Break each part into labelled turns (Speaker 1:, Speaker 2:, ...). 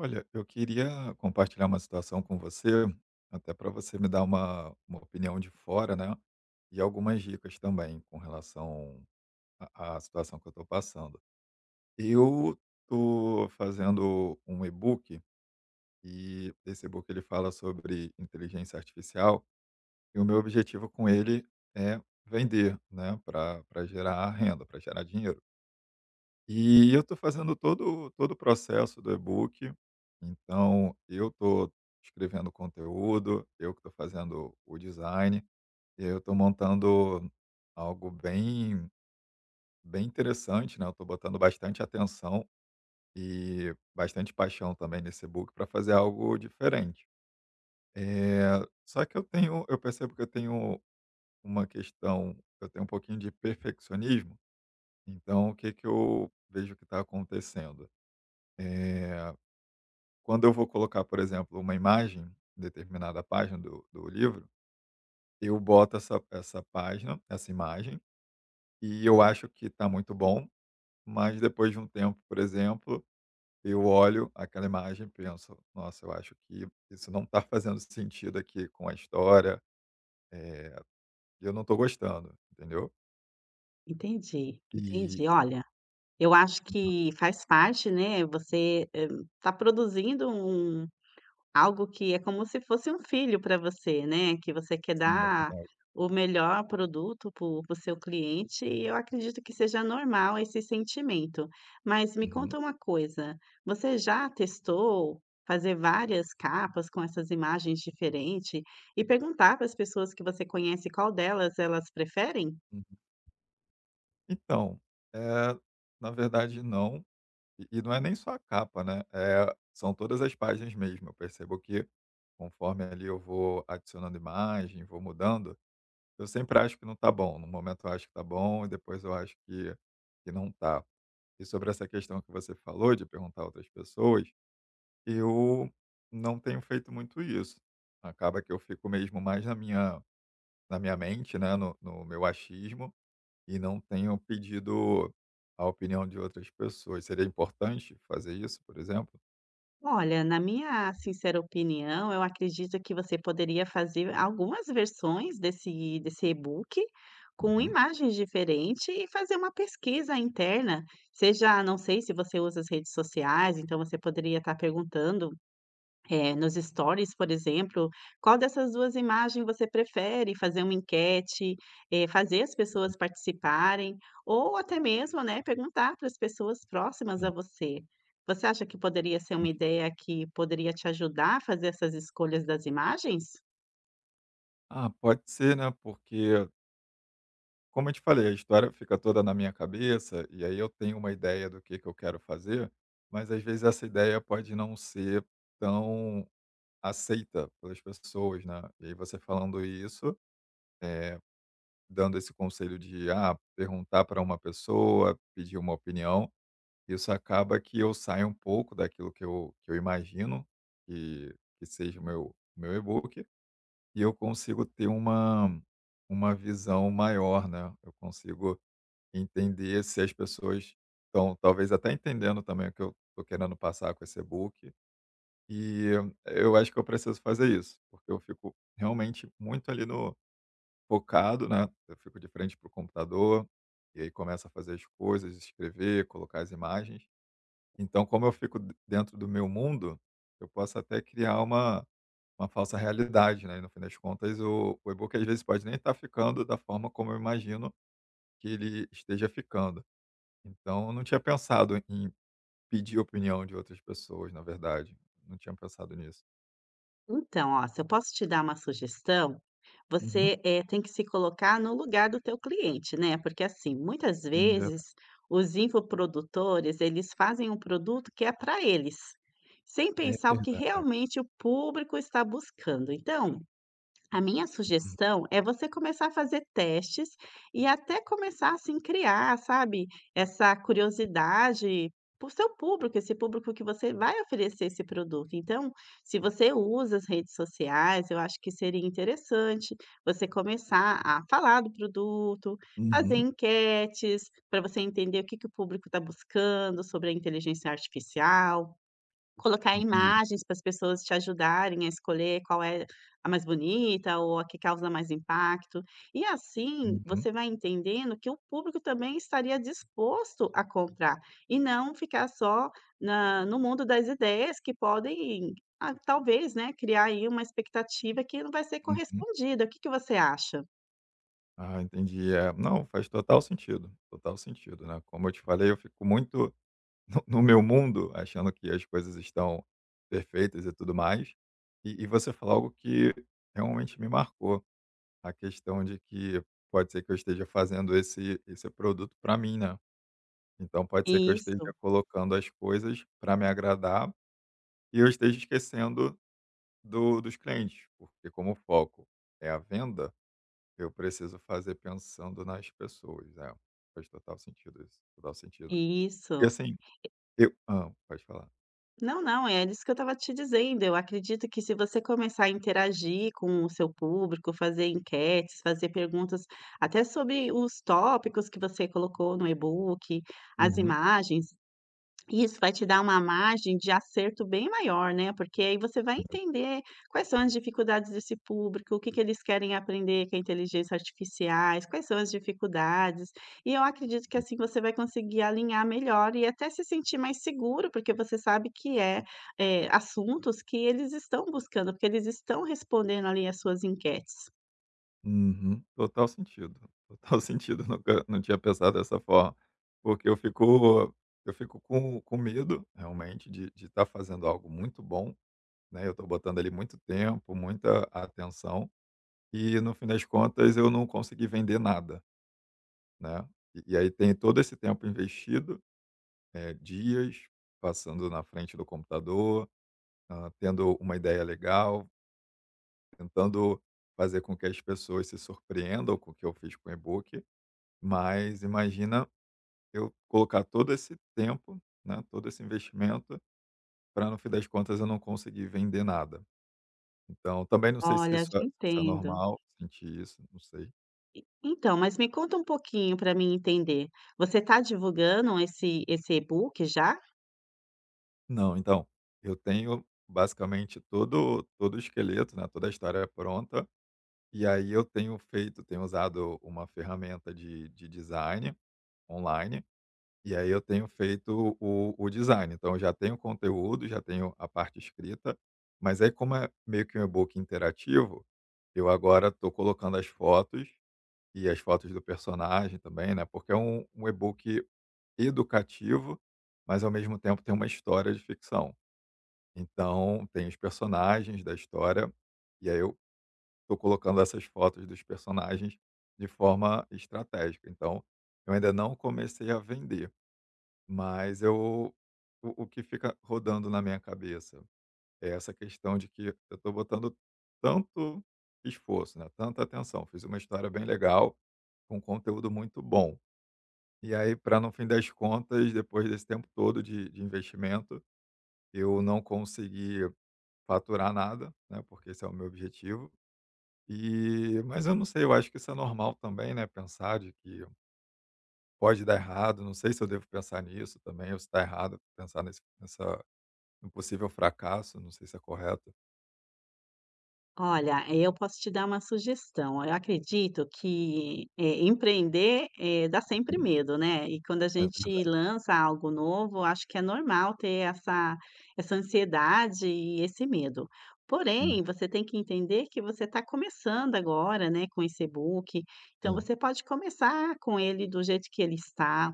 Speaker 1: Olha, eu queria compartilhar uma situação com você, até para você me dar uma opinião de fora, né? E algumas dicas também com relação à situação que eu estou passando. Eu estou fazendo um e-book e esse e-book ele fala sobre inteligência artificial e o meu objetivo com ele é vender, né? Para gerar renda, para gerar dinheiro. E eu estou fazendo todo o processo do e-book, então eu estou escrevendo o conteúdo, eu que estou fazendo o design, e aí eu estou montando algo bem interessante, né, eu estou botando bastante atenção e bastante paixão também nesse e-book para fazer algo diferente. Eh, Só que eu percebo que eu tenho uma questão, eu tenho um pouquinho de perfeccionismo, então o que que eu vejo que está acontecendo? Eh Quando eu vou colocar, por exemplo, uma imagem em determinada página do livro, eu boto essa imagem, e eu acho que está muito bom, mas depois de um tempo, por exemplo, eu olho aquela imagem e penso: "Nossa, eu acho que isso não está fazendo sentido aqui com a história, eh, eu não estou gostando", entendeu?
Speaker 2: Entendi,
Speaker 1: E
Speaker 2: entendi. Olha, eu acho
Speaker 1: uhum.
Speaker 2: que faz parte, né, você, está produzindo um algo que é como se fosse um filho para você, né, que você quer
Speaker 1: Sim, é
Speaker 2: dar
Speaker 1: verdade.
Speaker 2: o melhor produto para o seu cliente e eu acredito que seja normal esse sentimento. Mas me conta
Speaker 1: Uhum,
Speaker 2: uma coisa, você já testou fazer várias capas com essas imagens diferentes e perguntar para as pessoas que você conhece qual delas elas preferem?
Speaker 1: uhum. Então, eh, na verdade não. E não é nem só a capa, né. É, são todas as páginas mesmo. Eu percebo que conforme ali eu vou adicionando imagem, vou mudando, eu sempre acho que não tá bom. No momento eu acho que tá bom e depois eu acho que não tá. E sobre essa questão que você falou de perguntar a outras pessoas, eu não tenho feito muito isso. Acaba que eu fico mesmo mais na minha mente, né, no meu achismo e não tenho pedido a opinião de outras pessoas. Seria importante fazer isso, por exemplo?
Speaker 2: Olha, na minha sincera opinião, eu acredito que você poderia fazer algumas versões desse e-book com
Speaker 1: Uhum,
Speaker 2: imagens diferentes e fazer uma pesquisa interna, seja não sei se você usa as redes sociais, então você poderia estar perguntando é, nos stories, por exemplo, qual dessas 2 imagens você prefere? Fazer uma enquete, fazer as pessoas participarem, ou até mesmo, né, perguntar para as pessoas próximas a
Speaker 1: sim.
Speaker 2: você. Você acha que poderia ser uma ideia que poderia te ajudar a fazer essas escolhas das imagens?
Speaker 1: Ah, pode ser, né, porque, como eu te falei, a história fica toda na minha cabeça, e aí eu tenho uma ideia do que eu quero fazer, mas às vezes essa ideia pode não ser tão aceita pelas pessoas, né. E aí você falando isso, eh, dando esse conselho de, ah, perguntar para uma pessoa, pedir uma opinião, isso acaba que eu saio um pouco daquilo que eu imagino que que seja o meu e-book, e eu consigo ter uma visão maior, né, eu consigo entender se as pessoas estão talvez até entendendo também o que eu estou querendo passar com esse e-book, e eu acho que eu preciso fazer isso, porque eu fico realmente muito ali no focado, né, eu fico de frente para o computador, e aí começo a fazer as coisas, escrever, colocar as imagens, então como eu fico d dentro do meu mundo, eu posso até criar uma falsa realidade, né, e no fim das contas o e-book, às vezes, pode nem estar ficando da forma como eu imagino que ele esteja ficando. Então eu não tinha pensado em pedir opinião de outras pessoas, na verdade, não tinha pensado nisso.
Speaker 2: Então, ó, se eu posso te dar uma sugestão,
Speaker 1: Uhum.
Speaker 2: você, tem que se colocar no lugar do teu cliente, né, porque, assim, muitas
Speaker 1: Sim,
Speaker 2: vezes
Speaker 1: verdade.
Speaker 2: os infoprodutores, eles fazem um produto que é para eles, sem
Speaker 1: É
Speaker 2: pensar o que
Speaker 1: verdade.
Speaker 2: realmente o público está buscando. Então, a minha sugestão é você começar a fazer testes e até começar, assim, criar, sabe, essa curiosidade para o seu público, esse público que você vai oferecer esse produto. Então, se você usa as redes sociais, eu acho que seria interessante você começar a falar do produto, fazer
Speaker 1: Uhum.
Speaker 2: enquetes para você entender o que que o público está buscando sobre a inteligência artificial, colocar
Speaker 1: Entendi.
Speaker 2: imagens para as pessoas te ajudarem a escolher qual é a mais bonita ou a que causa mais impacto. E assim,
Speaker 1: Uhum,
Speaker 2: você vai entendendo que o público também estaria disposto a comprar e não ficar só na no mundo das ideias que podem, ah, talvez, né, criar aí uma expectativa que não vai ser
Speaker 1: uhum.
Speaker 2: correspondida. O que que você acha?
Speaker 1: Ah, entendi. É, não, faz total sentido, né. Como eu te falei, eu fico muito no meu mundo, achando que as coisas estão perfeitas e tudo mais. E você falou algo que realmente me marcou, a questão de que pode ser que eu esteja fazendo esse produto para mim, né. Então pode ser que eu esteja
Speaker 2: Isso,
Speaker 1: colocando as coisas para me agradar e eu esteja esquecendo do dos clientes, porque como o foco é a venda, eu preciso fazer pensando nas pessoas, é. Faz total sentido isso, total sentido.
Speaker 2: isso.
Speaker 1: E assim, eu hã, pode falar.
Speaker 2: Não, não, é isso que eu estava te dizendo. Eu acredito que se você começar a interagir com o seu público, fazer enquetes, fazer perguntas até sobre os tópicos que você colocou no e-book, as
Speaker 1: Uhum.
Speaker 2: imagens, isso vai te dar uma margem de acerto bem maior, né, porque aí você vai entender quais são as dificuldades desse público, o que que eles querem aprender com a inteligência artificiais, quais são as dificuldades. E eu acredito que assim você vai conseguir alinhar melhor e até se sentir mais seguro, porque você sabe que é, assuntos que eles estão buscando, porque eles estão respondendo ali as suas enquetes.
Speaker 1: Uhum. Total sentido, total sentido. Nunca não tinha pensado dessa forma, porque eu fico com medo, realmente, de estar fazendo algo muito bom, né, eu estou botando ali muito tempo, muita atenção, e no fim das contas eu não consegui vender nada, né. E aí tem todo esse tempo investido, dias passando na frente do computador, hã, tendo uma ideia legal, tentando fazer com que as pessoas se surpreendam com o que eu fiz com o e-book. Mas imagina eu colocar todo esse tempo, né, todo esse investimento para no fim das contas eu não conseguir vender nada. Então também não sei se
Speaker 2: Olha, te
Speaker 1: se isso é
Speaker 2: entendo.
Speaker 1: normal, sentir isso, não sei.
Speaker 2: Então, mas me conta um pouquinho para mim entender. Você está divulgando esse e-book já?
Speaker 1: Não, então, eu tenho basicamente todo o esqueleto, né, toda a história pronta, e aí eu tenho feito tenho usado uma ferramenta de design online. E aí eu tenho feito o design. Então eu já tenho conteúdo, já tenho a parte escrita, mas aí como é meio que um e-book interativo, eu agora estou colocando as fotos e as fotos do personagem também, né, porque é um e-book educativo, mas ao mesmo tempo tem uma história de ficção. Então tem os personagens da história, e aí eu estou colocando essas fotos dos personagens de forma estratégica. Então eu ainda não comecei a vender. Mas eu o que fica rodando na minha cabeça é essa questão de que eu estou botando tanto esforço, né, tanta atenção, fiz uma história bem legal, com conteúdo muito bom. E aí para no fim das contas, depois desse tempo todo de investimento, eu não consegui faturar nada, né, porque esse é o meu objetivo. E mas eu não sei, eu acho que isso é normal também, né, pensar de que pode dar errado, não sei se eu devo pensar nisso também ou se está errado pensar nesse nessa. Um possível fracasso, não sei se é correto.
Speaker 2: Olha, eu posso te dar uma sugestão. Eu acredito que, empreender, dá sempre
Speaker 1: Uhum.
Speaker 2: medo, né. E quando a
Speaker 1: É
Speaker 2: gente
Speaker 1: verdade.
Speaker 2: lança algo novo, acho que é normal ter essa ansiedade e esse medo.
Speaker 1: Uhum.
Speaker 2: Porém, você tem que entender que você está começando agora, né, com esse e-book, então
Speaker 1: Sim.
Speaker 2: você pode começar com ele do jeito que ele está,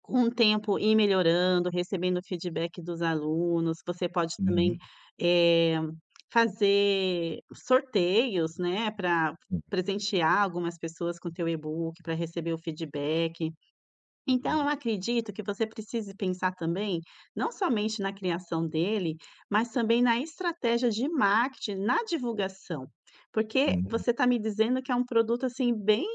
Speaker 2: com o tempo ir melhorando, recebendo feedback dos alunos, você pode também,
Speaker 1: Uhum.
Speaker 2: eh, fazer sorteios, né, para
Speaker 1: Uhum.
Speaker 2: presentear algumas pessoas com teu e-book, para receber o feedback. Então,
Speaker 1: Entendi.
Speaker 2: eu acredito que você precise pensar também, não somente na criação dele, mas também na estratégia de marketing, na divulgação. Porque
Speaker 1: Uhum.
Speaker 2: você está me dizendo que é um produto, assim, bem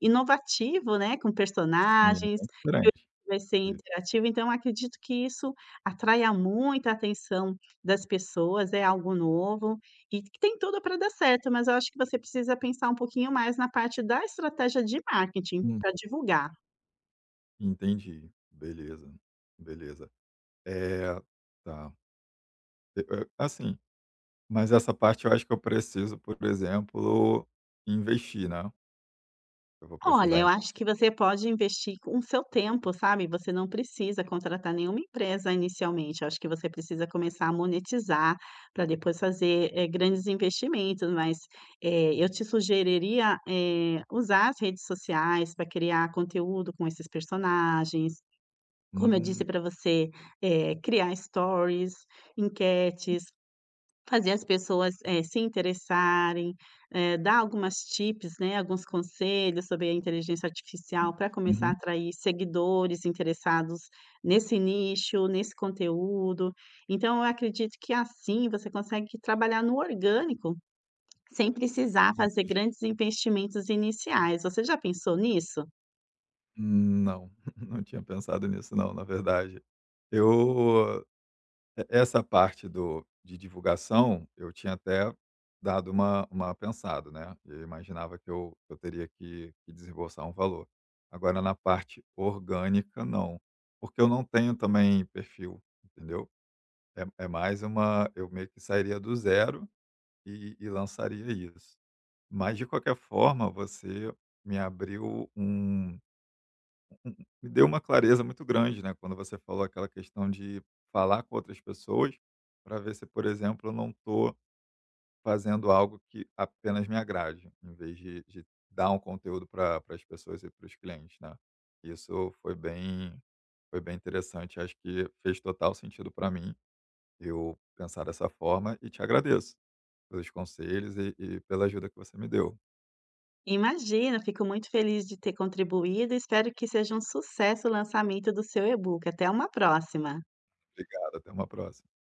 Speaker 2: inovativo, né, com
Speaker 1: Sim, é
Speaker 2: personagens,
Speaker 1: bem
Speaker 2: que
Speaker 1: diferente
Speaker 2: vai ser
Speaker 1: isso.
Speaker 2: interativo, então eu acredito que isso atraia muita atenção das pessoas, é algo novo e que tem tudo para dar certo, mas eu acho que você precisa pensar um pouquinho mais na parte da estratégia de marketing
Speaker 1: Hum.
Speaker 2: para divulgar.
Speaker 1: Entendi. Beleza, beleza. É, tá. E eh, assim, mas essa parte eu acho que eu preciso, por exemplo, investir, né. Eu vou
Speaker 2: Olha,
Speaker 1: precisar
Speaker 2: eu acho que você pode investir com o seu tempo, sabe. Você não precisa contratar nenhuma empresa inicialmente. Eu acho que você precisa começar a monetizar para depois fazer, grandes investimentos. Mas, eu te sugeriria, usar as redes sociais para criar conteúdo com esses personagens. Como eu
Speaker 1: hum,
Speaker 2: disse para você, criar stories, enquetes, fazer as pessoas, se interessarem, dar algumas tips, né, alguns conselhos sobre a inteligência artificial para começar a
Speaker 1: uhum.
Speaker 2: atrair seguidores interessados nesse nicho, nesse conteúdo. Então eu acredito que assim você consegue trabalhar no orgânico, sem precisar fazer grandes investimentos iniciais. Você já pensou nisso?
Speaker 1: Hum, não, não tinha pensado nisso não, na verdade. Eu. E essa parte do de divulgação, eu tinha até dado uma pensada, né, eu imaginava que eu teria que desembolsar um valor. Agora na parte orgânica não, porque eu não tenho também perfil, entendeu. É mais uma. Eu meio que sairia do zero e lançaria isso. Mas de qualquer forma, você me abriu um me deu uma clareza muito grande, né, quando você falou aquela questão de falar com outras pessoas para ver se, por exemplo, eu não estou fazendo algo que apenas me agrade, em vez de dar um conteúdo para as pessoas e para os clientes, né? Isso foi bem interessante. Acho que fez total sentido para mim eu pensar dessa forma e te agradeço pelos conselhos e pela ajuda que você me deu.
Speaker 2: Imagina, fico muito feliz de ter contribuído e espero que seja um sucesso o lançamento do seu e-book. Até uma próxima.
Speaker 1: Obrigado. Até uma próxima.